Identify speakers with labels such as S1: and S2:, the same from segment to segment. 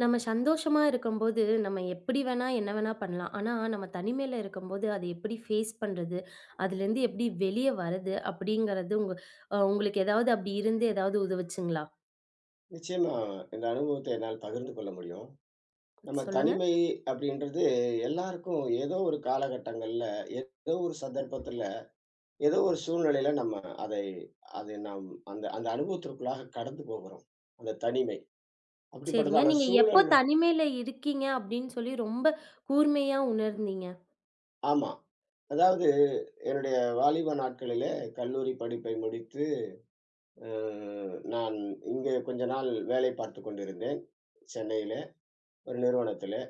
S1: நம்ம சந்தோஷமா இருக்கும்போது, நம்ம எப்படி வேணா, என்ன வேணா பண்ணலாம். ஆனா, நம்ம தனிமையில இருக்கும்போது, அத எப்படி ஃபேஸ் பண்றது? அதுலேருந்து எப்படி வெளிய வரது? அப்படிங்கிறது உங்க உங்களுக்கு ஏதாவது அப்படி இருந்து ஏதாவது உதவுச்சுங்களா?
S2: நிச்சயமா, இந்த அனுபவத்த என்னால் பகிர்ந்து கொள்ள முடியும். நம்ம
S1: சொல்லுங்க.
S2: தனிமை அப்படின்றது எல்லாருக்கும் ஏதோ ஒரு காலகட்டங்கள்ல, ஏதோ ஒரு சந்தர்ப்பத்துல, ஏதோ ஒரு சூழ்நிலையில நம்ம அதை அதை நாம் அந்த அந்த அனுபவத்திற்குள்ளாக கடந்து போகிறோம். அந்த தனிமை.
S1: சரிங்க.
S2: அப்படிப்பட்டதான
S1: நீங்க எப்போ
S2: சூழல்.
S1: தனிமையில இருக்கீங்க அப்படின்னு சொல்லி ரொம்ப கூர்மையா உணர்ந்தீங்க?
S2: ஆமா. அதாவது என்னுடைய வாலிப நாட்களிலே கல்லூரி படிப்பை முடித்து, அ நான் இங்கே கொஞ்ச நாள் வேலை பார்த்துக் கொண்டிருந்தேன். சென்னையிலே ஒரு நிறுவனத்திலே.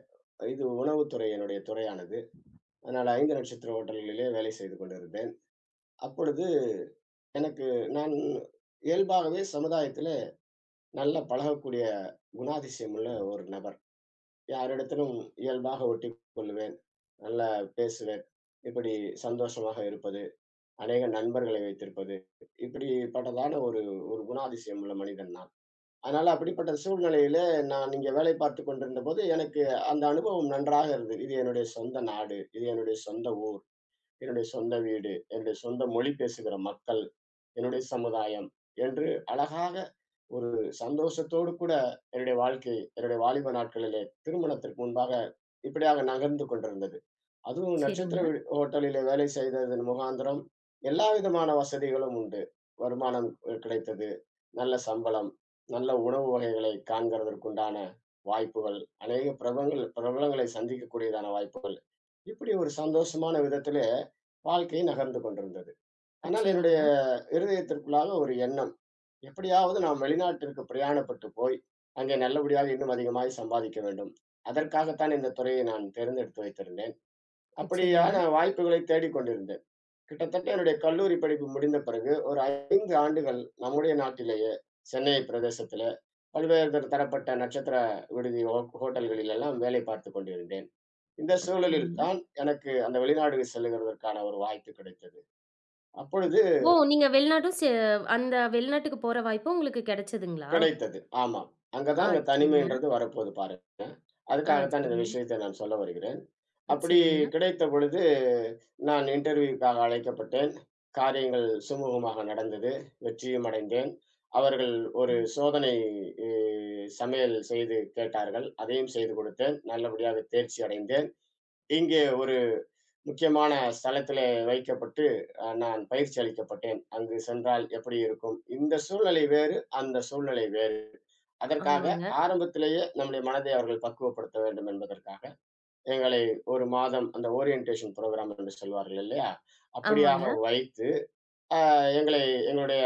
S2: இது உணவுத்துறை என்னுடைய துறையானது. நான் 5 நட்சத்திர ஹோட்டல்களிலே வேலை செய்து கொண்டிருந்தேன். அப்பொழுது எனக்கு நான் இயல்பாகவே சமுதாயத்திலே நல்ல பழகக்கூடிய குணாதிசயம் உள்ள ஒரு நபர். யாரிடத்திலும் இயல்பாக ஒட்டிக் கொள்ளுவேன். நல்லா பேசுவேன். இப்படி சந்தோஷமாக இருப்பது, அநேக நண்பர்களை வைத்திருப்பது, இப்படிப்பட்டதான ஒரு ஒரு குணாதிசயம் உள்ள மனிதன் நான். அதனால அப்படிப்பட்ட சூழ்நிலையிலே நான் இங்கே வேலை பார்த்துக் கொண்டிருந்தபோது, எனக்கு அந்த அனுபவம் நன்றாக இருந்தது. இது என்னுடைய சொந்த நாடு. இது என்னுடைய சொந்த என்னுடைய சொந்த வீடு, என்னுடைய சொந்த மொழி பேசுகிற மக்கள், என்னுடைய சமுதாயம் என்று அழகாக ஒரு சந்தோஷத்தோடு கூட என்னுடைய வாழ்க்கை, என்னுடைய வாலிப நாட்களிலே திருமணத்திற்கு முன்பாக இப்படியாக நகர்ந்து கொண்டிருந்தது. அதுவும் நட்சத்திர
S1: சரிங்க,
S2: ஹோட்டலிலே வேலை செய்ததன் முகாந்திரம், எல்லா விதமான வசதிகளும் உண்டு. வருமானம் கிடைத்தது. நல்ல சம்பளம், நல்ல உணவு வகைகளை காண்கிறதற்குண்டான வாய்ப்புகள், அநேக பிரபலங்களை சந்திக்கக்கூடியதான வாய்ப்புகள். இப்படி ஒரு சந்தோஷமான விதத்திலே வாழ்க்கை நகர்ந்து கொண்டிருந்தது. ஆனால்
S1: சரிங்க,
S2: என்னுடைய இருதயத்திற்குள்ளாக ஒரு எண்ணம், எப்படியாவது நாம் வெளிநாட்டிற்கு பிரயாணப்பட்டு போய், அங்கே நல்லபடியாக இன்னும் அதிகமாய் சம்பாதிக்க வேண்டும். அதற்காகத்தான் இந்த துறையை நான் தேர்ந்தெடுத்து வைத்திருந்தேன்.
S1: சரிங்க,
S2: அப்படியான வாய்ப்புகளை தேடிக்கொண்டிருந்தேன். கிட்டத்தட்ட என்னுடைய கல்லூரி படிப்பு முடிந்த பிறகு ஒரு 5 ஆண்டுகள் நம்முடைய நாட்டிலேயே, சென்னை பிரதேசத்தில பல்வேறு தர தரப்பட்ட நட்சத்திர விடுதி, ஹோட்டல்களில் எல்லாம் வேலை பார்த்துக் கொண்டிருந்தேன். இந்த சூழலில்
S1: சரிங்க.
S2: தான் எனக்கு அந்த வெளிநாடு செல்லுகிறதற்கான ஒரு வாய்ப்பு கிடைத்தது. அப்பொழுது
S1: ஓ! நீங்க வெளிநாடும் சே அந்த வெளிநாட்டுக்கு போற வாய்ப்பு உங்களுக்கு கிடைச்சதுங்களா?
S2: கிடைத்தது. ஆமா. அங்க
S1: ஆ,
S2: தான் அங்க
S1: சரிங்க,
S2: தனிமைன்றது வரப்போது பாருங்க.
S1: ஆ,
S2: அதுக்காகத்தான் இந்த
S1: சரிங்க,
S2: விஷயத்தை நான் சொல்ல வருகிறேன். அப்படி
S1: சரிங்க.
S2: கிடைத்த பொழுது, நான் இன்டர்வியூக்காக அழைக்கப்பட்டேன். காரியங்கள் சுமூகமாக நடந்தது. வெற்றியும் அடைந்தேன். அவர்கள் ஒரு சோதனை இ சமையல் செய்து கேட்டார்கள். அதையும் செய்து கொடுத்தேன். நல்லபடியாக தேர்ச்சி அடைந்தேன். இங்கே ஒரு முக்கியமான ஸ்தலத்திலே வைக்கப்பட்டு நான் பயிற்சி அளிக்கப்பட்டேன். அங்கு சென்றால் எப்படி இருக்கும்? இந்த சூழ்நிலை வேறு, அந்த சூழ்நிலை வேறு. அதற்காக
S1: ஆமாங்க,
S2: ஆரம்பத்திலேயே நம்முடைய மனதை அவர்கள் பக்குவப்படுத்த வேண்டும் என்பதற்காக எங்களை ஒரு மாதம் அந்த ஓரியன்டேஷன் ப்ரோக்ராம் என்று சொல்வார்கள் இல்லையா, அப்படியாக
S1: ஆமாங்க.
S2: வைத்து எங்களை எங்களுடைய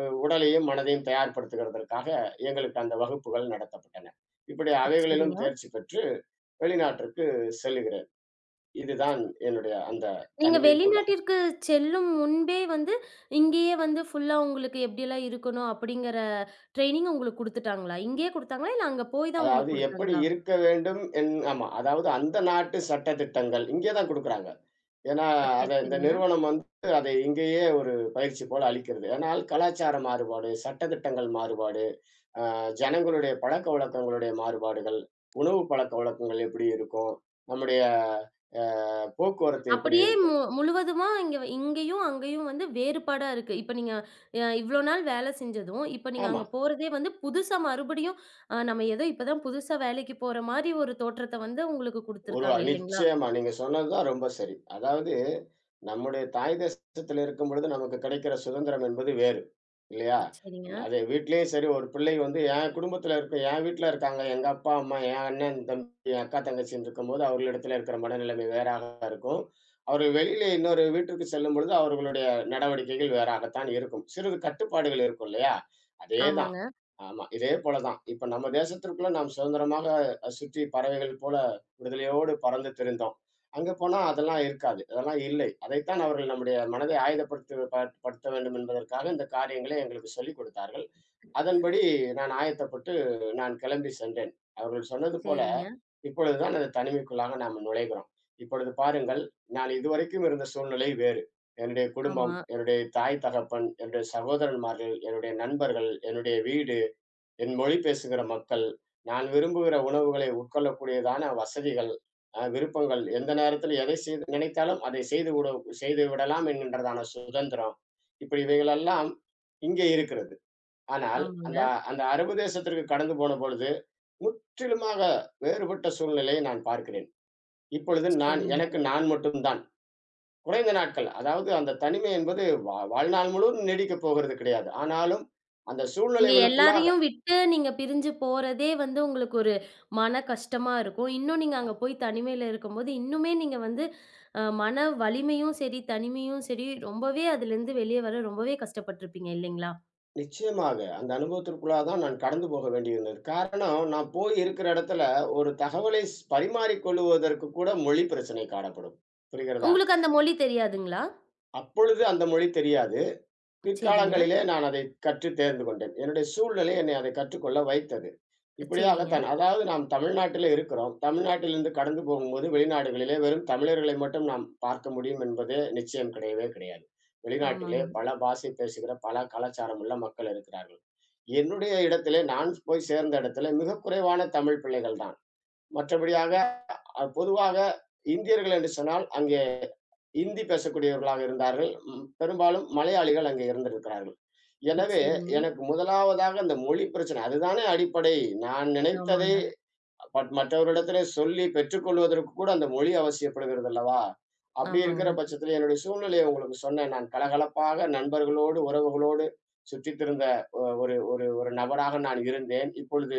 S2: உடலையும் மனதையும் தயார்படுத்துகிறதற்காக எங்களுக்கு அந்த வகுப்புகள் நடத்தப்பட்டன. இப்படி அவைகளிலும்
S1: சரிங்க.
S2: தேர்ச்சி பெற்று வெளிநாட்டிற்கு செல்லுகிறேன். இதுதான் என்னுடைய அந்த
S1: நீங்க
S2: தனிமைக்குள்.
S1: வெளிநாட்டிற்கு செல்லும் முன்பே வந்து, இங்கேயே வந்து ஃபுல்லா உங்களுக்கு எப்படிலாம் இருக்கணும் அப்படிங்கிற ட்ரெய்னிங் உங்களுக்கு குடுத்துட்டாங்களா? இங்கேயே குடுத்தாங்களா? இல்ல அங்க போய் தான்
S2: அதாவது
S1: உங்களுக்கு
S2: எப்படி
S1: குடுத்தாங்களா?
S2: இருக்க வேண்டும் என் ஆமா. அதாவது அந்த நாட்டு சட்ட திட்டங்கள் இங்கே தான் குடுக்குறாங்க. ஏன்னா,
S1: ஓ! சரி,
S2: அத இந்த
S1: சரிங்க.
S2: நிறுவனம் வந்து அதை இங்கேயே ஒரு பயிற்சி போல அளிக்கிறது. ஆனால் கலாச்சார மாறுபாடு, சட்ட திட்டங்கள் மாறுபாடு, அ ஜனங்களுடைய பழக்கவழக்கங்களுடைய மாறுபாடுகள், உணவு பழக்கவழக்கங்கள் எப்படி இருக்கும்? நம்முடைய அ போக்குவரத்து எப்படி
S1: அப்படியே
S2: இருக்கும்?
S1: முழுவதுமா இங்கேயும் அங்கேயும் வந்து வேறுபாடா இருக்கு. இப்ப நீங்க இவ்ளோ நாள் வேலை செஞ்சதும், இப்ப நீங்க
S2: ஆமா.
S1: அங்க போறதே வந்து புதுசா மறுபடியும் நம்ம ஏதோ இப்ப தான் புதுசா வேலைக்கு போற மாரி ஒரு தோற்றத்த வந்து உங்களுக்கு
S2: ஒரு
S1: குடுத்துருக்காங்க இல்லைங்களா?
S2: நிச்சயமா. நீங்க சொன்னது தான் ரொம்ப சரி. அதாவது நம்முடைய தாய் தேசத்தில இருக்கும் பொழுது நமக்கு கிடைக்கிற சுதந்திரம் என்பது வேறு. இல்லையா?
S1: சரிங்க.
S2: அது வீட்லயும் சரி, ஒரு பிள்ளை வந்து என் குடும்பத்தில இருக்கு, என் வீட்ல இருக்காங்க. எங்க அப்பா, அம்மா, என் அண்ணன், தம்பி, என் அக்கா, தங்கச்சின்னு இருக்கும்போது அவர்களிடத்தில இருக்கிற மனநிலைமை வேறாக இருக்கும். அவர்கள் வெளியிலே இன்னொரு வீட்டிற்கு செல்லும் பொழுது அவர்களுடைய நடவடிக்கைகள் வேறாகத்தான் இருக்கும். சிறிது கட்டுப்பாடுகள் இருக்கும் இல்லையா? அதேதான்.
S1: ஆமாங்க.
S2: ஆமா. இதே போல தான். இப்ப நம்ம தேசத்திற்குள்ள நாம் சுதந்திரமாக சுற்றி பறவைகள் போல விடுதலையோடு பறந்து திரிந்தோம். அங்க போனா அதெல்லாம் இருக்காது. அதெல்லாம் இல்லை. அதைத்தான் அவர்கள் நம்முடைய மனதை ஆயத்தப்படுத்த படுத்த வேண்டும் என்பதற்காக இந்த காரியங்களை எங்களுக்கு சொல்லிக் கொடுத்தார்கள். அதன்படி நான் ஆயத்தப்பட்டு நான் கிளம்பி சென்றேன். அவர்கள் சொன்னது போல,
S1: சரிங்க.
S2: இப்பொழுது தான் அந்த தனிமைக்குள்ளாக நாம் நுழைகிறோம். இப்பொழுது பாருங்கள், நான் இதுவரைக்கும் இருந்த சூழ்நிலை வேறு. என்னுடைய
S1: ஆமா.
S2: குடும்பம், என்னுடைய தாய், தகப்பன், என்னுடைய சகோதரன்மார்கள், என்னுடைய நண்பர்கள், என்னுடைய வீடு, என் மொழி பேசுகிற மக்கள், நான் விரும்புகிற உணவுகளை உட்கொள்ளக்கூடியதான வசதிகள், விருப்பங்கள், எந்த நேரத்தில எதை செய்து நினைத்தாலும் அதை செய்து விட செய்து விடலாம் என்கின்றதான சுதந்திரம். இப்படி இவைகளெல்லாம் இங்கே இருக்கிறது. ஆனால்
S1: ஆமாங்க.
S2: அந்த அந்த அரபு தேசத்திற்கு கடந்து போன பொழுது, முற்றிலுமாக வேறுபட்ட சூழ்நிலையை நான் பார்க்கிறேன். இப்பொழுது நான்
S1: சரிங்க.
S2: எனக்கு நான் மட்டும் தான். குறைந்த நாட்கள், அதாவது அந்த தனிமை என்பது வாழ்நாள் முழுவதும் நீடிக்கப் போகிறது கிடையாது. ஆனாலும் அந்த
S1: நீங்க
S2: சூழ்நிலைகளுக்குள்ளாக
S1: எல்லாரையும் விட்டு நீங்க பிரிஞ்சு போறதே வந்து உங்களுக்கு ஒரு மன கஷ்டமா இருக்கும். இன்னும் நீங்க அங்க போய் தனிமையில இருக்கும்போது, இன்னுமே நீங்க வந்து மன வலிமையும் சரி, தனிமையும் சரி, ரொம்பவே அதுலேருந்து வெளிய வர ரொம்பவே கஷ்டப்பட்டுருப்பீங்க இல்லைங்களா?
S2: நிச்சயமாக. அந்த அனுபவத்திற்குள்ளா தான் நான் கடந்து போக வேண்டியிருந்தது. காரணம், நான் போய் இருக்கிற இடத்துல ஒரு தகவலை பரிமாறிக் கொள்ளுவதற்கு கூட மொழி பிரச்சனை காணப்படும். புரிகிறதா?
S1: உங்களுக்கு அந்த மொழி தெரியாதுங்களா?
S2: அப்பொழுது அந்த மொழி தெரியாது.
S1: சரிங்க,
S2: பிற்காலங்களிலே நான் அதை கற்று தேர்ந்து கொண்டேன். என்னுடைய சூழ்நிலை என்னை அதை கற்றுக்கொள்ள வைத்தது.
S1: சரிங்க.
S2: இப்படியாகத்தான். அதாவது நாம் தமிழ்நாட்டிலே இருக்கிறோம். தமிழ்நாட்டிலிருந்து கடந்து போகும்போது வெளிநாடுகளிலே வெறும் தமிழர்களை மட்டும் நாம் பார்க்க முடியும் என்பது நிச்சயம் கிடையவே கிடையாது. வெளிநாட்டிலே
S1: ஆமாங்க.
S2: பல பாஷை பேசுகிற பல கலாச்சாரம் உள்ள மக்கள் இருக்கிறார்கள். என்னுடைய இடத்திலே நான் போய் சேர்ந்த இடத்திலே மிக குறைவான தமிழ் பிள்ளைகள் தான். மற்றபடியாக பொதுவாக இந்தியர்கள் என்று சொன்னால் அங்கே இந்தி பேசக்கூடியவர்களாக இருந்தார்கள். ம், பெரும்பாலும் மலையாளிகள் அங்கே இருந்திருக்கிறார்கள். எனவே,
S1: சரிங்க.
S2: எனக்கு முதலாவதாக அந்த மொழி பிரச்சனை. அதுதானே அடிப்படை. நான் நினைத்ததை
S1: ஆமாங்க,
S2: பட் மற்றவரிடத்திலே சொல்லி பெற்றுக்கொள்வதற்கு கூட அந்த மொழி அவசியப்படுகிறது அல்லவா? அப்படி இருக்கிற
S1: ஆமாங்க.
S2: பட்சத்திலே என்னுடைய சூழ்நிலையை உங்களுக்கு சொன்னேன். நான் கலகலப்பாக நண்பர்களோடு, உறவுகளோடு சுற்றித்திருந்த ஒ ஒரு ஒரு ஒரு நபராக நான் இருந்தேன். இப்பொழுது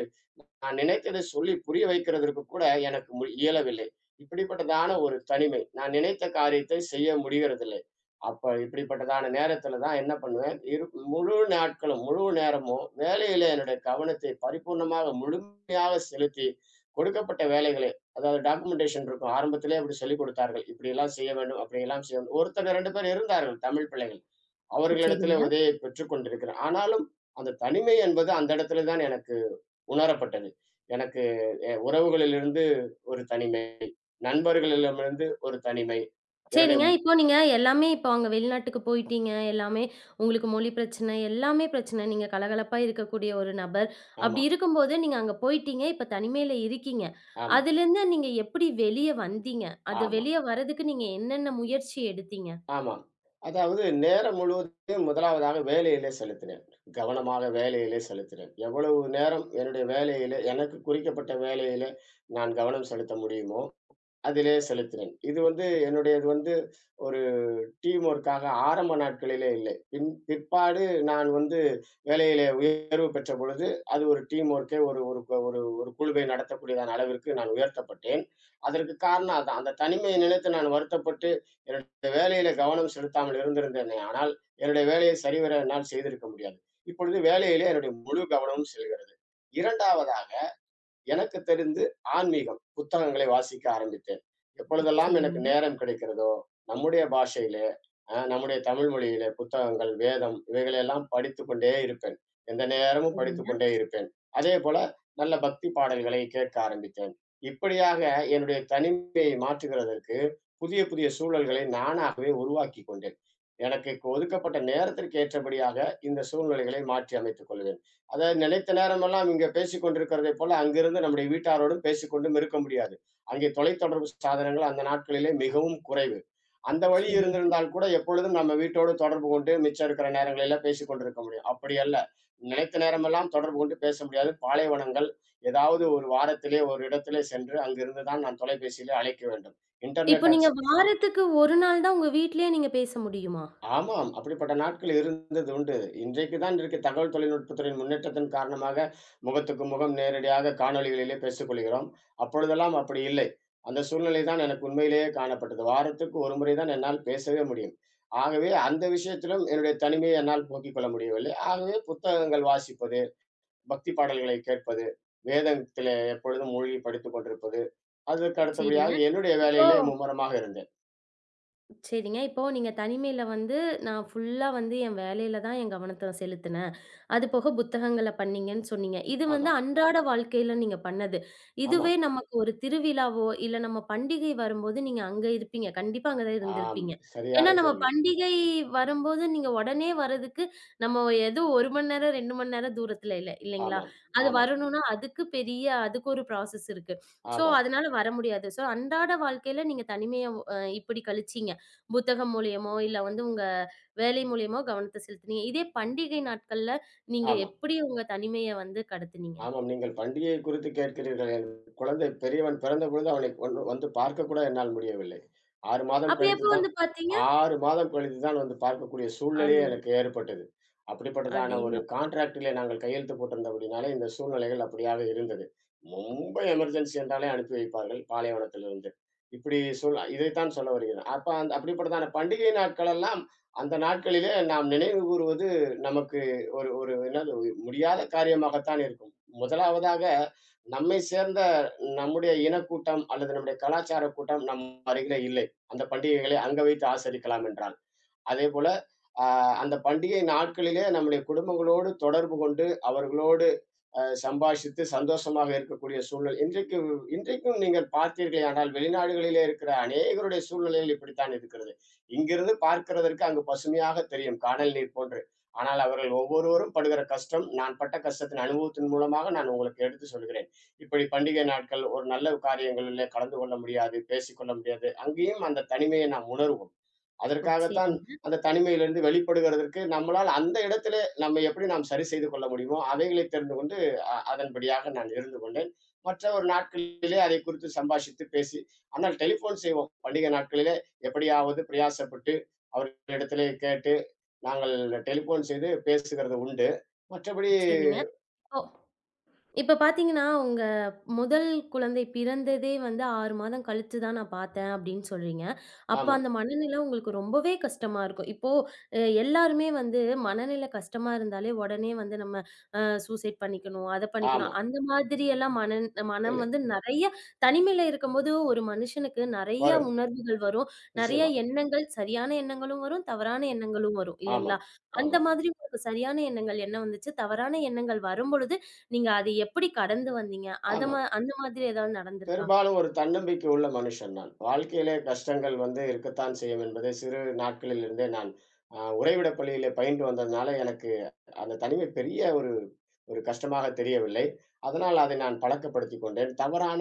S2: நான் நினைத்ததை சொல்லி புரிய வைக்கிறதற்கு கூட எனக்கு இயலவில்லை. இப்படிப்பட்டதான ஒரு தனிமை. நான் நினைத்த காரியத்தை செய்ய முடிகிறதில்லை. அப்ப இப்படிப்பட்டதான நேரத்தில தான் என்ன பண்ணுவேன், முழு நாட்களும், முழு நேரமும் வேலையில என்னுடைய கவனத்தை பரிபூர்ணமாக, முழுமையாக செலுத்தி, கொடுக்கப்பட்ட வேலைகளை, அதாவது டாக்குமென்டேஷன் இருக்கும். ஆரம்பத்திலேயே அப்படி சொல்லிக் கொடுத்தார்கள். இப்படியெல்லாம் செய்ய வேண்டும், அப்படியெல்லாம் செய்ய வேண்டும். ஒருத்தங்க 2 பேர் இருந்தார்கள் தமிழ் பிள்ளைகள். அவர்களிடத்திலே
S1: சரிங்க.
S2: உதவியை பெற்றுக் கொண்டிருக்கிறேன். ஆனாலும் அந்த தனிமை என்பது அந்த இடத்தில தான் எனக்கு உணரப்பட்டது. எனக்கு உறவுகளிலிருந்து ஒரு தனிமை, நண்பர்களிடமிருந்து ஒரு தனிமை. என்னுடைய
S1: சரிங்க. இப்போ நீங்க எல்லாமே இப்போ அங்க வெளிநாட்டுக்கு போயிட்டீங்க. எல்லாமே உங்களுக்கு மொழி பிரச்சனை, எல்லாமே பிரச்சனை. நீங்க கலகலப்பா இருக்கக்கூடிய ஒரு நபர்.
S2: ஆமா,
S1: அப்படி இருக்கும்போது நீங்க அங்க போயிட்டீங்க. இப்ப தனிமையில இருக்கீங்க.
S2: ஆமா,
S1: அதுலேருந்து நீங்க எப்படி வெளிய வந்தீங்க? அது
S2: ஆமா,
S1: வெளிய வரதுக்கு நீங்க என்னென்ன முயற்சி எடுத்தீங்க?
S2: ஆமா. அதாவது நேரம் முழுவதையும் முதலாவதாக வேலையிலே செலுத்தினேன். கவனமாக வேலையிலே செலுத்தினேன். எவ்வளவு நேரம் என்னுடைய வேலையிலே எனக்கு குறிக்கப்பட்ட வேலையிலே நான் கவனம் செலுத்த முடியுமோ, அதிலே செலுத்தினேன். இது வந்து என்னுடையது வந்து ஒரு டீம் ஒர்க்காக ஆரம்ப நாட்களிலே இல்லை. பின் பிற்பாடு நான் வந்து வேலையிலே உயர்வு பெற்ற பொழுது, அது ஒரு டீம் ஒர்க்கே, ஒரு ஒரு கு- ஒரு ஒரு குழுவை நடத்தக்கூடியதான அளவிற்கு நான் உயர்த்தப்பட்டேன். அதற்கு காரணம் அதான். அந்த தனிமையை நினைத்து நான் வருத்தப்பட்டு, என்னுடைய வேலையில கவனம் செலுத்தாமல் இருந்திருந்தேனே ஆனால், என்னுடைய வேலையை சரிவர என்னால் செய்திருக்க முடியாது. இப்பொழுது வேலையிலே என்னுடைய முழு கவனமும் செல்கிறது. 2ஆவதா, எனக்கு தெரிந்து ஆன்மீகம் புத்தகங்களை வாசிக்க ஆரம்பித்தேன். எப்பொழுதெல்லாம் எனக்கு
S1: சரிங்க,
S2: நேரம் கிடைக்கிறதோ, நம்முடைய பாஷையிலே, நம்முடைய தமிழ் மொழியிலே புத்தகங்கள், வேதம் இவைகளெல்லாம் படித்துக் கொண்டே இருப்பேன். எந்த நேரமும் படித்துக்
S1: சரிங்க,
S2: கொண்டே இருப்பேன். அதேபோல நல்ல பக்தி பாடல்களை கேட்க ஆரம்பித்தேன். இப்படியாக என்னுடைய தனிமையை மாற்றுகிறதற்கு புதிய, புதிய சூழல்களை நானாகவே உருவாக்கிக் கொண்டேன். எனக்கு ஒதுக்கப்பட்ட நேரத்திற்கு ஏற்றபடியாக இந்த சூழ்நிலைகளை மாற்றி அமைத்துக் கொள்வேன். அதாவது நிலைத்த நேரமெல்லாம் இங்க பேசிக் கொண்டிருக்கிறதைப் போல, அங்கிருந்து நம்முடைய வீட்டாரோடும் பேசிக்கொண்டும் இருக்க முடியாது. அங்கே தொலைத்தொடர்பு சாதனங்கள் அந்த நாட்களிலே மிகவும் குறைவு. அந்த வழி
S1: சரிங்க.
S2: இருந்திருந்தால் கூட எப்பொழுதும் நம்ம வீட்டோடு தொடர்பு கொண்டு மிச்சம் இருக்கிற நேரங்களில பேசிக் கொண்டிருக்க முடியும். அப்படி அல்ல. நிலைத்த நேரமெல்லாம் தொடர்பு கொண்டு பேச முடியாது. பாலைவனங்கள், ஏதாவது ஒரு வாரத்திலே ஒரு இடத்திலே சென்று அங்கிருந்து தான் நான் தொலைபேசியிலே அழைக்க வேண்டும்.
S1: இப்போ
S2: இன்டர்நெட்
S1: நீங்க
S2: அக்சஸ்.
S1: வாரத்துக்கு 1 நாள் தான் உங்க வீட்லயே நீங்க பேச முடியுமா?
S2: ஆமாம். அப்படிப்பட்ட நாட்கள் இருந்தது உண்டு. இன்றைக்கு தான் இருக்கு, தகவல் தொழில்நுட்பத்துறையின் முன்னேற்றத்தின் காரணமாக முகத்துக்கு முகம் நேரடியாக காணொளிகளிலே பேசிக் கொள்கிறோம். அப்பொழுதெல்லாம் அப்படி இல்லை. அந்த சூழ்நிலை தான் எனக்கு உண்மையிலேயே காணப்பட்டது. வாரத்துக்கு ஒரு முறை தான் என்னால் பேசவே முடியும். ஆகவே அந்த விஷயத்திலும் என்னுடைய தனிமையை என்னால் போக்கிக் கொள்ள முடியவில்லை. ஆகவே புத்தகங்கள் வாசிப்பது, பக்தி பாடல்களை கேட்பது, வேதத்திலே எப்பொழுதும் மூழ்கி படித்துக் கொண்டிருப்பது, அதற்கு
S1: சரிங்க.
S2: அடுத்தபடியாக என்னுடைய
S1: இப்போ
S2: வேலையிலே மும்முரமாக இருந்தேன்.
S1: சரிங்க. இப்போ நீங்க தனிமையில வந்து, நான் ஃபுல்லா வந்து என் வேலையில தான் என் கவனத்த செலுத்தினேன். அது போக புத்தகங்கள பண்ணீங்கன்னு சொன்னீங்க. இது வந்து
S2: ஆமாம்,
S1: அன்றாட வாழ்க்கையில நீங்க பண்ணது. இதுவே
S2: ஆமாம்.
S1: நமக்கு ஒரு திருவிழாவோ, இல்ல நம்ம பண்டிகை வரும்போது நீங்க அங்க இருப்பீங்க. கண்டிப்பா அங்க தான்
S2: ஆம்.
S1: இருந்திருப்பீங்க.
S2: சரியான
S1: ஏன்னா நம்ம
S2: கேள்வி.
S1: பண்டிகை வரும்போது நீங்க உடனே வர்றதுக்கு, நம்ம ஏதோ 1 மணி நேரம், 2 மணி நேரம் தூரத்தில இல்ல, இல்லைங்களா?
S2: ஆமாம்,
S1: அது
S2: ஆமாம்,
S1: வரணும்னா அதுக்கு பெரிய அதுக்கு ஒரு ப்ராசஸ் இருக்கு. ஸோ
S2: ஆமாம்,
S1: அதனால வர முடியாது. ஸோ அன்றாட வாழ்க்கையில நீங்க தனிமைய இப்படி கழிச்சீங்க. புத்தகம் மூலியமோ, இல்ல வந்து உங்க வேலை மூலியமோ கவனத்த செலுத்துனீங்க. இதே பண்டிகை நாட்கள்ல நீங்க
S2: ஆமா.
S1: எப்படி உங்க தனிமைய வந்து கடத்துனீங்க?
S2: ஆமாம். நீங்கள் பண்டிகையை குறித்து கேட்கிறீர்கள். என் குழந்தை பெரியவன் பிறந்தபொழுது அவனை கொண்டு வந்து பார்க்கக்கூட என்னால் முடியவில்லை. 6 மாதம்
S1: அப்ப
S2: கழித்து
S1: எப்ப
S2: தான்.
S1: வந்து பாத்தீங்க?
S2: 6 மாதம் கழித்து தான் வந்து பார்க்கக்கூடிய
S1: அல்
S2: சூழ்நிலையே எனக்கு ஏற்பட்டது. அப்படிப்பட்டதான ஒரு
S1: அடேங்கப்
S2: கான்ட்ராக்ட்டிலே நாங்கள் கையெழுத்து போட்டிருந்தபடினாலே, இந்த சூழ்நிலைகள் அப்படியாக இருந்தது. ரொம்ப எமர்ஜென்சி என்றாலே அனுப்பி வைப்பார்கள், பாலைவனத்திலிருந்து. இப்படி சூழ் இதைத்தான் சொல்ல வருகிறேன். அப்ப அந்த அப்படிப்பட்டதான பண்டிகை நாட்களெல்லாம், அந்த நாட்களிலே நாம் நினைவு கூறுவது நமக்கு ஒரு ஒரு என்னது, முடியாத காரியமாகத்தான் இருக்கும். முதலாவதாக நம்மை சேர்ந்த நம்முடைய இனக்கூட்டம் அல்லது நம்முடைய கலாச்சார கூட்டம் நம் அருகிலே இல்லை. அந்த பண்டிகைகளை அங்க வைத்து ஆசரிக்கலாம் என்றால். அதேபோல, அ அந்த பண்டிகை நாட்களிலே நம்முடைய குடும்பங்களோடு தொடர்பு கொண்டு, அவர்களோடு சம்பாஷித்து சந்தோஷமாக இருக்கக்கூடிய சூழல். இன்றைக்கு இன்றைக்கும் நீங்கள் பார்த்தீர்களேயானால், வெளிநாடுகளிலே இருக்கிற அநேகருடைய சூழ்நிலைகள் இப்படித்தான் இருக்கிறது. இங்கிருந்து பார்க்கிறதற்கு அங்கு பசுமையாக தெரியும், கானல் நீர் போன்று. ஆனால் அவர்கள் ஒவ்வொருவரும் படுகிற கஷ்டம், நான் பட்ட கஷ்டத்தின் அனுபவத்தின் மூலமாக நான் உங்களுக்கு எடுத்து சொல்கிறேன். இப்படி பண்டிகை நாட்கள், ஒரு நல்ல காரியங்களிலே கலந்து கொள்ள முடியாது, பேசிக்கொள்ள முடியாது. அங்கேயும் அந்த தனிமையை நாம் உணர்வோம். அதற்காகத்தான்
S1: சரிங்க,
S2: அந்த தனிமையிலிருந்து வெளிப்படுகிறதற்கு நம்மளால் அந்த இடத்திலே நம்மை எப்படி நாம் சரி செய்து கொள்ள முடியுமோ அவைகளை தெரிந்து கொண்டு, அதன்படியாக நான் இருந்து கொண்டேன். மற்ற ஒரு நாட்களிலே அதை குறித்து சம்பாஷித்து பேசி, ஆனால் டெலிஃபோன் செய்வோம் பண்டிகை நாட்களிலே. எப்படியாவது பிரயாசப்பட்டு அவர்களிடத்திலே கேட்டு நாங்கள் டெலிஃபோன் செய்து பேசுகிறது உண்டு. மற்றபடி
S1: சரிங்க. இப்போ இப்ப பார்த்தீங்கன்னா, உங்க முதல் குழந்தை பிறந்ததே வந்து 6 மாதம் கழிச்சு தான் நான் பார்த்தேன் அப்படின்னு சொல்றீங்க. அப்ப
S2: ஆமாம்,
S1: அந்த மனநிலை உங்களுக்கு ரொம்பவே கஷ்டமா இருக்கும். இப்போ எல்லாருமே வந்து மனநிலை கஷ்டமா இருந்தாலே உடனே வந்து நம்ம அ சூசைட் பண்ணிக்கணும், அத பண்ணிக்கணும்.
S2: ஆமாம்.
S1: அந்த மாதிரியெல்லாம் மனம்
S2: இல்லை,
S1: வந்து நெறைய தனிமையில இருக்கும்போது ஒரு மனுஷனுக்கு நெறைய
S2: வரும்.
S1: உணர்வுகள் வரும். நெறைய
S2: நிச்சயமா.
S1: எண்ணங்கள், சரியான எண்ணங்களும் வரும், தவறான எண்ணங்களும் வரும் இல்லைங்களா?
S2: ஆமாம்,
S1: அந்த
S2: ஆமாம்,
S1: மாதிரி உங்களுக்கு சரியான எண்ணங்கள் என்ன வந்துச்சு? தவறான எண்ணங்கள் வரும்பொழுது நீங்க அது எப்படி கடந்து வந்தீங்க? அத மா
S2: ஆமாம்.
S1: அந்த மாதிரி ஏதாவது நடந்திருக்கா?
S2: பெரும்பாலும் ஒரு தன்னம்பிக்கை உள்ள மனுஷன் நான். வாழ்க்கையிலே கஷ்டங்கள் வந்து இருக்கத்தான் செய்யும் என்பதை சிறு நாட்களிலிருந்தே நான் உறைவிடப் பள்ளியிலே பயின்று வந்ததுனால, எனக்கு அந்த தனிமை பெரிய ஒரு ஒரு கஷ்டமாக தெரியவில்லை. அதனால் அதை நான் பழக்கப்படுத்திக் கொண்டேன். தவறான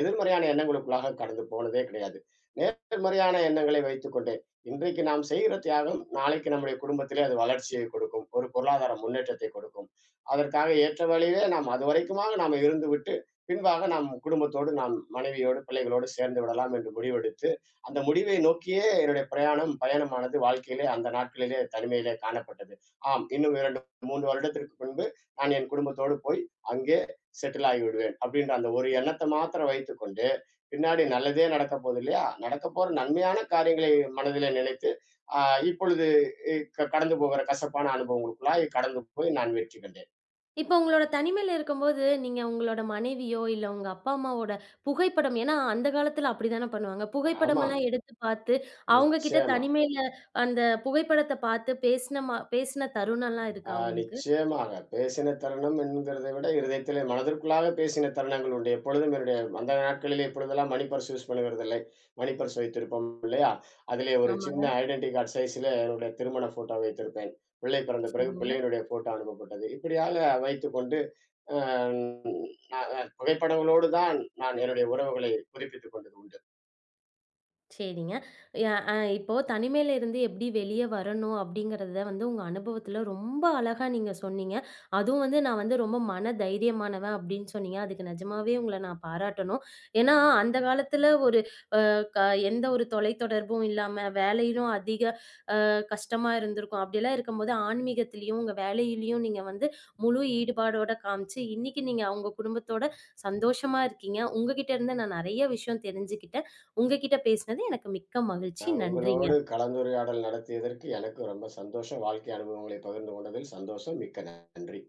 S2: எதிர்மறையான எண்ணங்களுக்குள்ளாக கடந்து போனதே கிடையாது. நேர்மறையான எண்ணங்களை வைத்துக்கொண்டேன். இன்றைக்கு நாம் செய்கிற தியாகம், நாளைக்கு நம்முடைய குடும்பத்திலே அது வளர்ச்சியை கொடுக்கும். ஒரு பொருளாதார முன்னேற்றத்தை கொடுக்கும். அதற்காக ஏற்ற வழியிலே நாம் அதுவரைக்குமாக நாம் இருந்துவிட்டு பின்பாக நாம் குடும்பத்தோடு, நாம் மனைவியோடு, பிள்ளைகளோடு சேர்ந்து விடலாம் என்று முடிவெடுத்து, அந்த முடிவை நோக்கியே என்னுடைய பிரயாணம் பயணமானது வாழ்க்கையிலே அந்த நாட்களிலே தனிமையிலே காணப்பட்டது. ஆம், இன்னும் 2, 3 வருடத்திற்கு முன்பு நான் என் குடும்பத்தோடு போய் அங்கே செட்டில் ஆகிவிடுவேன். அப்படின்ற அந்த ஒரு எண்ணத்தை மாத்திரம் வைத்துக்கொண்டு, பின்னாடி நல்லதே நடக்கப் போகுது இல்லையா? நடக்கப்போற நன்மையான காரியங்களை மனதிலே நினைத்து, அ இப்பொழுது இ க கடந்து போகிற கசப்பான அனுபவங்களுக்குள்ளாய் கடந்து போய் நான் வெற்றி கண்டேன்.
S1: இப்ப உங்களோட தனிமையில இருக்கும்போது, நீங்க உங்களோட மனைவியோ, இல்ல உங்க அப்பா, அம்மாவோட புகைப்படம் ஏன்னா அந்த காலத்துல அப்படிதானே பண்ணுவாங்க.
S2: ஆமாம்,
S1: புகைப்படமெல்லாம் எடுத்து பார்த்து, அவங்க கிட்ட
S2: நிச்சயமா.
S1: தனிமையில அந்த புகைப்படத்த பார்த்து பேசின தருணம்லாம்
S2: ஆ,
S1: இருக்கா உங்களுக்கு?
S2: நிச்சயமாக. பேசின தருணம் என்கிறதை விட, இருதயத்திலே மனதிற்குள்ளாக பேசின தருணங்கள் உண்டு. எப்பொழுதும் என்னுடைய அந்த நாட்களிலே இப்பொழுதெல்லாம் மணி பர்ஸ் யூஸ் பண்ணுகிறதில்லை. மணி பர்ஸ் வைத்திருப்போம் இல்லையா? அதிலே ஒரு சின்ன
S1: ஆமாங்க.
S2: ஐடென்டி கார்ட் சைஸ்ல என்னுடைய திருமண ஃபோட்டோ வைத்திருப்பேன். பிள்ளை பிறந்த பிறகு
S1: சரிங்க.
S2: பிள்ளையினுடைய ஃபோட்டோ அனுப்பப்பட்டது. இப்படியாக வைத்துக்கொண்டு அ நா புகைப்படங்களோடு தான் நான் என்னுடைய உறவுகளை புதுப்பித்துக் கொண்டது உண்டு.
S1: சரிங்க. ய அ இப்போ தனிமையில இருந்து எப்படி வெளிய வரணும் அப்படிங்கிறத வந்து உங்க அனுபவத்துல ரொம்ப அழகா நீங்க சொன்னீங்க. அதுவும் வந்து நான் வந்து ரொம்ப மன தைரியமானவன் அப்படின்னு சொன்னீங்க. அதுக்கு நிஜமாவே உங்கள நான் பாராட்டணும். ஏன்னா அந்த காலத்துல ஒரு க க- எந்த ஒரு தொலைத்தொடர்பும் இல்லாம, வேலையிலும் அதிக கஷ்டமா இருந்திருக்கும். அப்படிலாம் இருக்கும்போது ஆன்மீகத்திலயும், உங்க வேலையிலயும் நீங்க வந்து முழு ஈடுபாடோட காமிச்சு, இன்னைக்கு நீங்க உங்க குடும்பத்தோட சந்தோஷமா இருக்கீங்க. உங்ககிட்ட இருந்து நான் நெறைய விஷயம் தெரிஞ்சுக்கிட்டேன். உங்ககிட்ட பேசினது எனக்கு மிக்க மகிழ்ச்சி.
S2: உங்களோடு
S1: நன்றிங்க.
S2: கலந்துரையாடல் நடத்தியதற்கு எனக்கு ரொம்ப சந்தோஷம். வாழ்க்கை அனுபவங்களை பகிர்ந்து கொண்டதில் சந்தோஷம். மிக்க நன்றி.